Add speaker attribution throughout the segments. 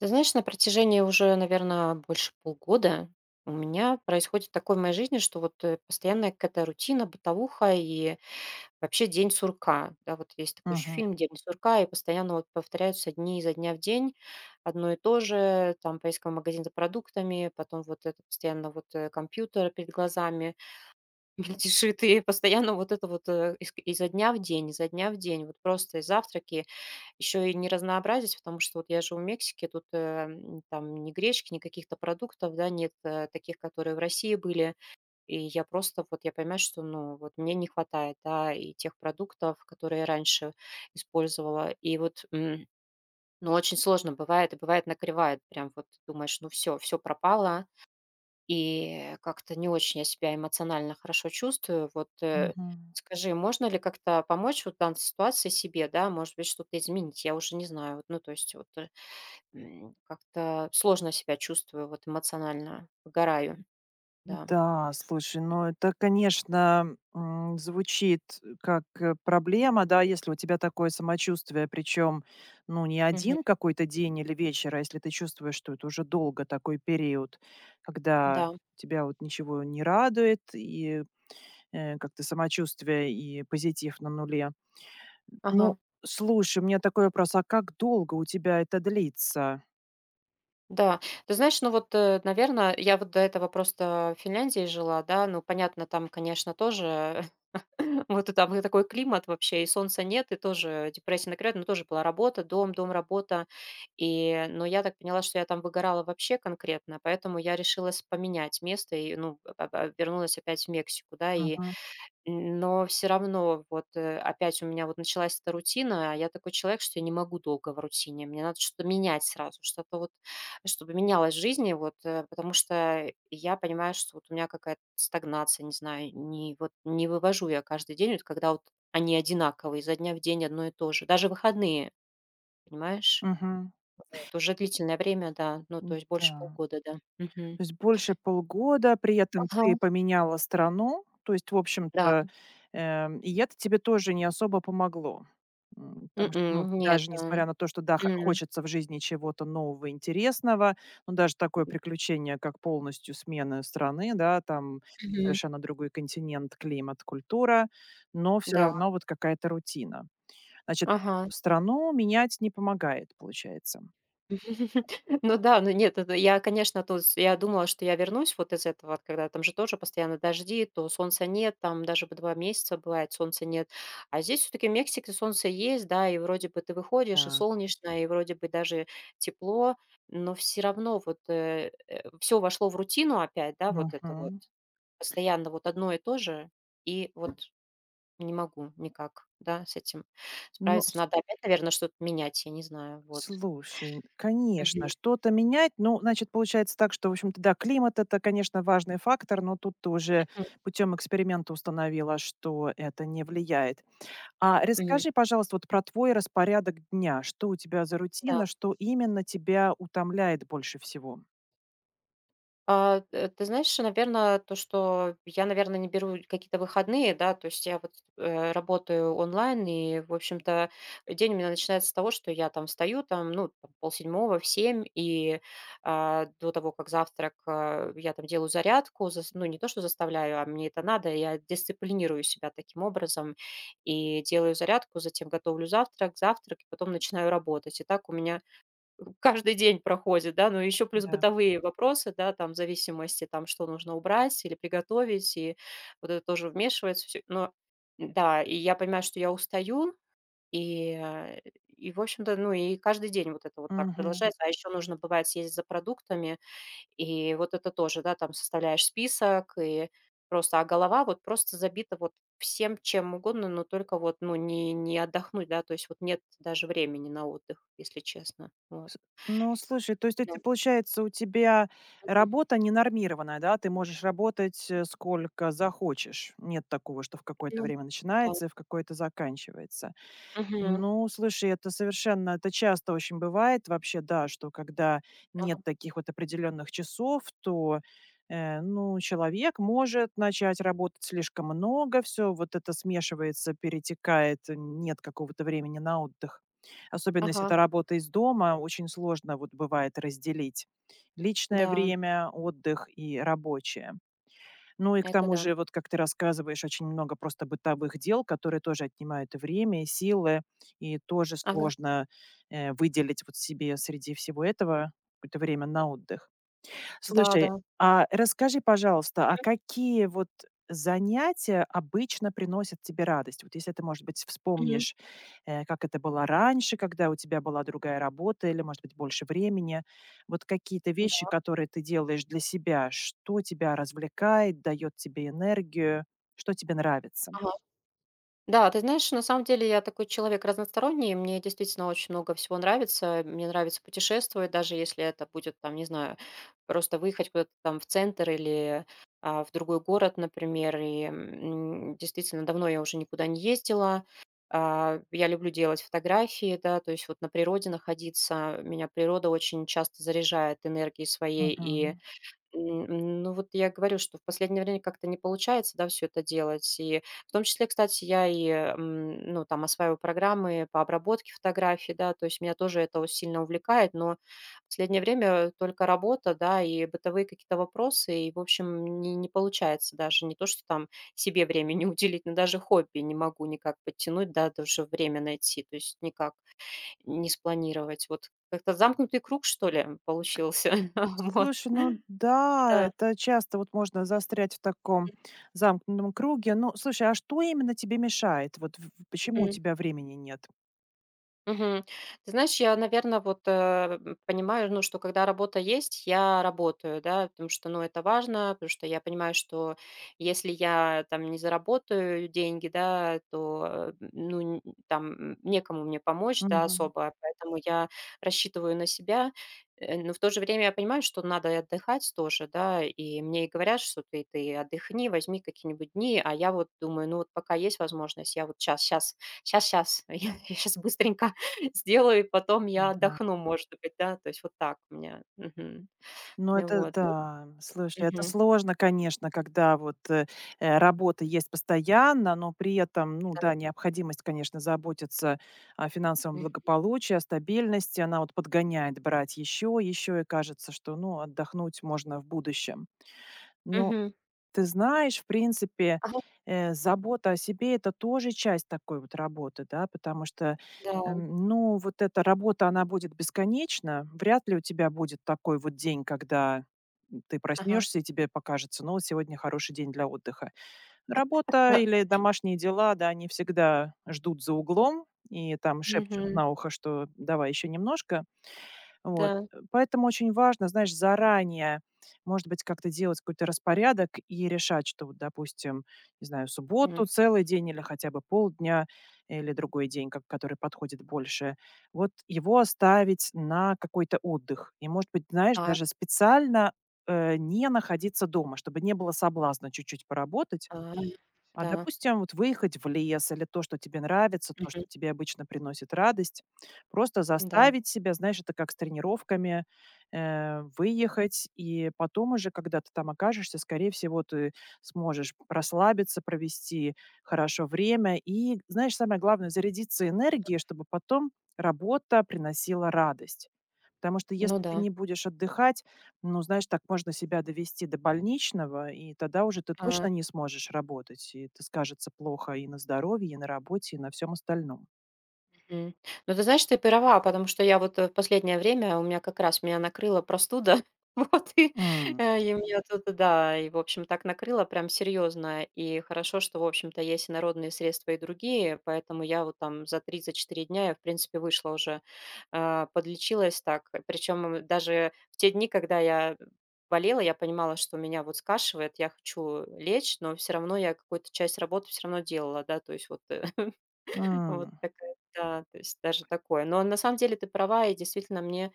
Speaker 1: Ты знаешь, на протяжении уже, наверное, больше полгода у меня происходит такое в моей жизни, что вот постоянная какая-то рутина, бытовуха и вообще день сурка. Да, вот есть такой еще
Speaker 2: Мгм,
Speaker 1: фильм «День сурка», и постоянно вот повторяются дни изо дня в день, одно и то же, там поездка в магазин за продуктами, потом вот это постоянно вот компьютер перед глазами мельтешит, и постоянно вот это вот изо дня в день, изо дня в день, вот просто и завтраки, еще и не разнообразить, потому что вот я живу в Мексике, тут, там ни гречки, ни каких-то продуктов, да, нет, таких, которые в России были. И я просто вот я понимаю, что, ну, вот мне не хватает, да, и тех продуктов, которые я раньше использовала. И вот, ну, очень сложно бывает, и бывает накревает. Прям вот думаешь, ну все, все пропало. И как-то не очень я себя эмоционально хорошо чувствую. Вот,
Speaker 2: мгм.
Speaker 1: скажи, можно ли как-то помочь вот в данной ситуации себе, да, может быть, что-то изменить? Я уже не знаю. Вот, ну, то есть вот как-то сложно себя чувствую вот эмоционально, выгораю, да.
Speaker 2: Да, слушай, ну это, конечно, звучит как, проблема, да, если у тебя такое самочувствие, причем, ну, не
Speaker 1: Мгм.
Speaker 2: один какой-то день или вечер, а если ты чувствуешь, что это уже долго такой период, когда
Speaker 1: Да,
Speaker 2: тебя вот ничего не радует, и, как-то самочувствие и позитив на нуле. Ну,
Speaker 1: ага.
Speaker 2: слушай, у меня такой вопрос: а как долго у тебя это длится?
Speaker 1: Да, ты знаешь, ну вот, наверное, я вот до этого просто в Финляндии жила, да, ну, понятно, там, конечно, тоже Вот и там и такой климат вообще, и солнца нет, и тоже депрессия накрывает, но тоже была работа, дом, дом, работа. И, но я так поняла, что я там выгорала вообще конкретно, поэтому я решилась поменять место и, ну, вернулась опять в Мексику, да, и
Speaker 2: Мгм,
Speaker 1: Но все равно вот, опять у меня вот началась эта рутина, а я такой человек, что я не могу долго в рутине. Мне надо что-то менять сразу, что-то вот, чтобы менялось в жизни, вот, потому что я понимаю, что вот у меня какая-то стагнация, не знаю, не вывожу я каждый день, вот когда вот они одинаковые, изо дня в день одно и то же. Даже выходные, понимаешь?
Speaker 2: мгм,
Speaker 1: Это уже длительное время, да, ну, то есть больше
Speaker 2: да.
Speaker 1: полгода, да. Мгм.
Speaker 2: То есть больше полгода, при этом ты
Speaker 1: Ага.
Speaker 2: поменяла страну. То есть, в
Speaker 1: Да.
Speaker 2: общем-то, и это тебе тоже не особо помогло. Потому что, ну,
Speaker 1: М, нет,
Speaker 2: даже
Speaker 1: да.
Speaker 2: несмотря на то, что, да, х
Speaker 1: М,
Speaker 2: хочется в жизни чего-то нового, интересного, но даже такое приключение, как полностью смена страны, да, там
Speaker 1: мгм.
Speaker 2: совершенно другой континент, климат, культура, но все
Speaker 1: Да.
Speaker 2: равно вот какая-то рутина. Значит,
Speaker 1: Ага.
Speaker 2: страну менять не помогает, получается.
Speaker 1: Ну да, ну нет, это я, конечно, то есть я думала, что я вернусь вот из этого, вот когда там же тоже постоянно дожди, то солнца нет, там даже по 2 месяца бывает солнца нет. А здесь все-таки в Мексике солнце есть, да, и вроде бы ты выходишь, и
Speaker 2: Да.
Speaker 1: солнечно, и вроде бы даже тепло, но все равно вот все вошло в рутину опять, да, вот это вот
Speaker 2: Мгм.
Speaker 1: постоянно вот одно и то же, и вот не могу никак, да, с этим
Speaker 2: Ну,
Speaker 1: справиться. Надо опять, наверное, что-то менять, я не знаю, вот.
Speaker 2: слушай, конечно,
Speaker 1: Мгм.
Speaker 2: что-то менять. Ну, значит, получается так, что, в общем-то, да, климат- это, конечно, важный фактор, но тут ты уже путем эксперимента установила, что это не влияет. А
Speaker 1: Мгм.
Speaker 2: расскажи, пожалуйста, вот про твой распорядок дня. Что у тебя за
Speaker 1: Да.
Speaker 2: рутина, что именно тебя утомляет больше всего?
Speaker 1: Ты знаешь, наверное, то, что я, наверное, не беру какие-то выходные, да, то есть я вот работаю онлайн, и, в общем-то, день у меня начинается с того, что я там встаю, там, ну, там, полседьмого, в семь, и до того, как завтрак, я там делаю зарядку, ну, не то, что заставляю, а мне это надо, я дисциплинирую себя таким образом, и делаю зарядку, затем готовлю завтрак, завтрак, и потом начинаю работать. И так у меня каждый день проходит, да, но еще плюс
Speaker 2: Да.
Speaker 1: бытовые вопросы, да, там, в зависимости, там, что нужно убрать или приготовить, и вот это тоже вмешивается всё. Но да, и я понимаю, что я устаю, и, и, в общем-то, ну, и каждый день вот это вот так продолжается. А еще нужно, бывает, съездить за продуктами, и вот это тоже, да, там составляешь список, и просто, а голова вот просто забита вот всем, чем угодно, но только вот, ну, не отдохнуть, да, то есть вот нет даже времени на отдых, если честно. Вот.
Speaker 2: С Ну, слушай, то есть это получается у тебя
Speaker 1: Мгм.
Speaker 2: работа ненормированная, да? Ты можешь работать, сколько захочешь. Нет такого, что в какое-то
Speaker 1: Ну
Speaker 2: время
Speaker 1: да.
Speaker 2: начинается и в какое-то заканчивается.
Speaker 1: Мгм.
Speaker 2: Ну, слушай, это совершенно, это часто очень бывает вообще, да, что когда нет
Speaker 1: Ага,
Speaker 2: таких вот определенных часов, то, ну, человек может начать работать слишком много, все вот это смешивается, перетекает, нет какого-то времени на отдых. Особенно
Speaker 1: ага,
Speaker 2: если это работа из дома, очень сложно вот бывает разделить личное
Speaker 1: да,
Speaker 2: время, отдых и рабочее. Ну и к
Speaker 1: это
Speaker 2: тому
Speaker 1: да.
Speaker 2: же, вот как ты рассказываешь, очень много просто бытовых дел, которые тоже отнимают и время, и силы, и тоже
Speaker 1: Ага,
Speaker 2: сложно, выделить вот себе среди всего этого какое-то время на отдых. Слушай,
Speaker 1: да-да.
Speaker 2: а расскажи, пожалуйста, а
Speaker 1: Мгм,
Speaker 2: какие вот занятия обычно приносят тебе радость? Вот если ты, может быть, вспомнишь, как это было раньше, когда у тебя была другая работа или, может быть, больше времени. Вот какие-то вещи,
Speaker 1: мгм,
Speaker 2: которые ты делаешь для себя, что тебя развлекает, дает тебе энергию, что тебе нравится?
Speaker 1: да. Да, ты знаешь, на самом деле я такой человек разносторонний, мне действительно очень много всего нравится. Мне нравится путешествовать, даже если это будет, там, не знаю, просто выехать куда-то там в центр или в другой город, например. И действительно, давно я уже никуда не ездила. Я люблю делать фотографии, да, то есть вот на природе находиться. Меня природа очень часто заряжает энергией своей. И Ну, вот я говорю, что в последнее время как-то не получается, да, все это делать. И в том числе, кстати, я и, ну, там осваиваю программы по обработке фотографий, да, то есть меня тоже это о сильно увлекает, но в последнее время только работа, да, и бытовые какие-то вопросы, и, в общем, не получается даже не то, что там себе время не уделить, но даже хобби не могу никак подтянуть, да, даже время найти, то есть никак не спланировать. Вот как-то замкнутый круг, что ли, получился. Вот,
Speaker 2: Слушай, ну да,
Speaker 1: да.
Speaker 2: это часто вот можно застрять в таком замкнутом круге. Ну, слушай, а что именно тебе мешает? Почему у
Speaker 1: Мгм.
Speaker 2: тебя времени нет?
Speaker 1: Мгм. Ты знаешь, я, наверное вот, понимаю, ну, что когда работа есть, я работаю, да, потому что, ну, это важно, потому что я понимаю, что если я там не заработаю деньги, да, то, ну, некому мне помочь, да,
Speaker 2: Мгм.
Speaker 1: особо, поэтому я рассчитываю на себя. Но в то же время я понимаю, что надо и отдыхать тоже, да, и мне и говорят, что ты отдыхни, возьми какие-нибудь дни, а я вот думаю, ну, вот пока есть возможность, я вот сейчас я щас быстренько сделаю, и потом я
Speaker 2: Да.
Speaker 1: отдохну, может быть, да. То есть вот так у меня. Мгм.
Speaker 2: Ну
Speaker 1: Ну
Speaker 2: это
Speaker 1: вот, ну,
Speaker 2: да, слушай, это
Speaker 1: мгм,
Speaker 2: сложно, конечно, когда работа есть постоянно, но при этом, ну
Speaker 1: да,
Speaker 2: да, необходимость, конечно, заботиться о финансовом
Speaker 1: м.
Speaker 2: благополучии, о стабильности, она вот подгоняет брать еще, еще, и кажется, что, ну, отдохнуть можно в будущем. Ну,
Speaker 1: Мгм.
Speaker 2: ты знаешь, в принципе,
Speaker 1: Ага,
Speaker 2: забота о себе- это тоже часть такой вот работы, да, потому что,
Speaker 1: да,
Speaker 2: ну, вот эта работа, она будет бесконечна. Вряд ли у тебя будет такой вот день, когда ты
Speaker 1: ага,
Speaker 2: проснешься и тебе покажется: "Ну, сегодня хороший день для отдыха". Работа
Speaker 1: да.
Speaker 2: или домашние дела, да, они всегда ждут за углом и там шепчут
Speaker 1: Мгм,
Speaker 2: на ухо, что давай еще немножко. Вот.
Speaker 1: да.
Speaker 2: Поэтому очень важно, знаешь, заранее, может быть, как-то делать какой-то распорядок и решать, что вот, допустим, не знаю, в субботу
Speaker 1: М.
Speaker 2: целый день или хотя бы полдня, или другой день, как который подходит больше, вот его оставить на какой-то отдых. И, может быть, знаешь,
Speaker 1: А,
Speaker 2: даже специально, не находиться дома, чтобы не было соблазна чуть-чуть поработать,
Speaker 1: а,
Speaker 2: а,
Speaker 1: да.
Speaker 2: допустим, вот выехать в лес или то, что тебе нравится, то, что
Speaker 1: Мгм,
Speaker 2: тебе обычно приносит радость, просто
Speaker 1: да.
Speaker 2: заставить себя, знаешь, это как с тренировками, выехать, и потом уже, когда ты там окажешься, скорее всего, ты сможешь расслабиться, провести хорошо время и, знаешь, самое главное, зарядиться энергией, чтобы потом работа приносила радость. Потому что
Speaker 1: Ну
Speaker 2: если
Speaker 1: да.
Speaker 2: ты не будешь отдыхать, ну, знаешь, так можно себя довести до больничного, и тогда уже ты точно
Speaker 1: А.
Speaker 2: не сможешь работать, и это скажется плохо и на здоровье, и на работе, и на всем остальном.
Speaker 1: Мгм. Ну, ты знаешь, ты права, потому что я вот в последнее время у меня как раз меня накрыла простуда. Вот, и,
Speaker 2: М,
Speaker 1: и меня тут, да, и, в общем, так накрыло прям серьезно. И хорошо, что, в общем-то, есть и народные средства и другие, поэтому я вот там за 3 четыре дня я, в принципе, вышла уже, подлечилась так. Причем даже в те дни, когда я болела, я понимала, что меня вот скашивает, я хочу лечь, но все равно я какую-то часть работы все равно делала, да, то есть вот вот
Speaker 2: м,
Speaker 1: такая, да, то есть даже такое. Но на самом деле ты права, и действительно мне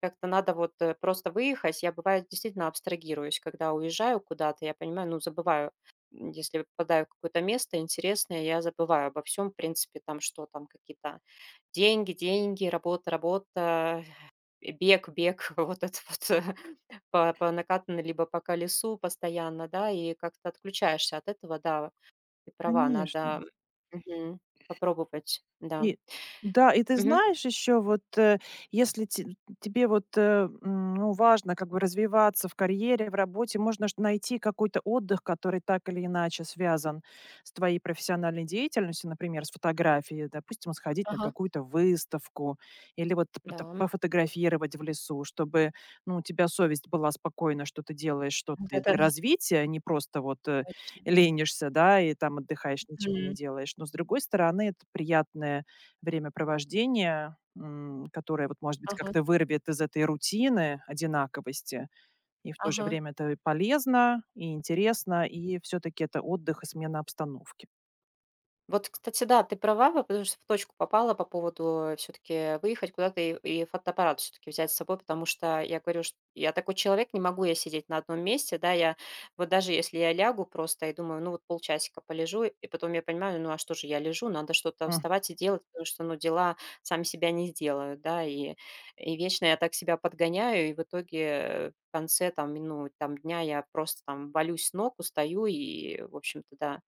Speaker 1: как-то надо вот просто выехать. Я бывает действительно абстрагируюсь, когда уезжаю куда-то, я понимаю, ну забываю, если попадаю в какое-то место интересное, я забываю обо всем, в принципе, там что там, какие-то деньги, деньги, работа, работа, бег, бег, вот это вот по накатанной, либо по колесу постоянно, да, и как-то отключаешься от этого, да, ты права,
Speaker 2: конечно.
Speaker 1: надо мгм, попробовать, да.
Speaker 2: И да, и ты
Speaker 1: Мгм.
Speaker 2: знаешь еще, вот, если те тебе ну, важно как бы развиваться в карьере, в работе, можно ж найти какой-то отдых, который так или иначе связан с твоей профессиональной деятельностью, например, с фотографией. Допустим, сходить на
Speaker 1: Ага,
Speaker 2: какую-то выставку или вот пото
Speaker 1: да, да.
Speaker 2: пофотографировать в лесу, чтобы, ну, у тебя совесть была спокойна, что ты делаешь что-то для
Speaker 1: Это
Speaker 2: развития, а не просто
Speaker 1: точно.
Speaker 2: ленишься, да, и там отдыхаешь, ничего не
Speaker 1: Мгм.
Speaker 2: делаешь. Но, с другой стороны, это приятное времяпровождение, которое вот, может быть,
Speaker 1: Ага,
Speaker 2: как-то вырвет из этой рутины одинаковости. И в то же
Speaker 1: ага.
Speaker 2: время это и полезно, и интересно, и все-таки это отдых и смена обстановки.
Speaker 1: Вот, кстати, да, ты права, потому что в точку попала по поводу все-таки выехать куда-то и фотоаппарат все-таки взять с собой, потому что я говорю, что я такой человек, не могу я сидеть на одном месте, да, я вот даже если я лягу просто и думаю, ну вот полчасика полежу, и потом я понимаю, ну а что же я лежу, надо что-то
Speaker 2: Мгм.
Speaker 1: вставать и делать, потому что, ну, дела сами себя не сделают, да, и вечно я так себя подгоняю, и в итоге в конце там, ну, там дня я просто там валюсь с ног, устаю и, в общем-то, да,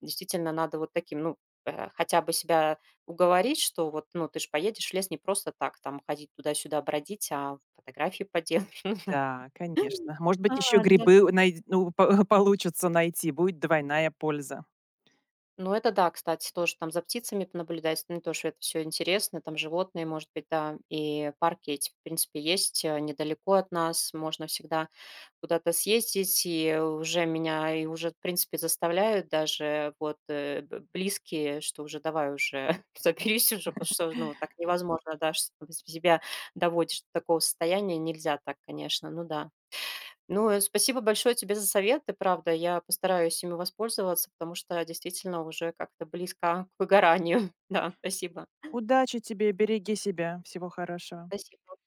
Speaker 1: действительно, надо вот таким, ну, хотя бы себя уговорить, что вот, ну, ты же поедешь в лес не просто так, там ходить туда-сюда бродить, а фотографии поделаешь. Ну да.
Speaker 2: Да, конечно. Может быть, еще
Speaker 1: Да,
Speaker 2: грибы най- ну, по- получится найти, будет двойная польза.
Speaker 1: ну, это да, кстати, тоже там за птицами понаблюдать, ну, тоже это все интересно, там животные, может быть, да, и парки эти, в принципе, есть недалеко от нас, можно всегда куда-то съездить, и уже меня, и уже, в принципе, заставляют даже вот близкие, что уже давай уже соберись уже, потому что, ну, так невозможно, да, что ты себя доводишь до такого состояния, нельзя так, конечно, ну да. Ну, спасибо большое тебе за советы, правда. Я постараюсь ими воспользоваться, потому что действительно уже как-то близко к выгоранию. Да, спасибо.
Speaker 2: Удачи тебе, береги себя, всего хорошего.
Speaker 1: Спасибо.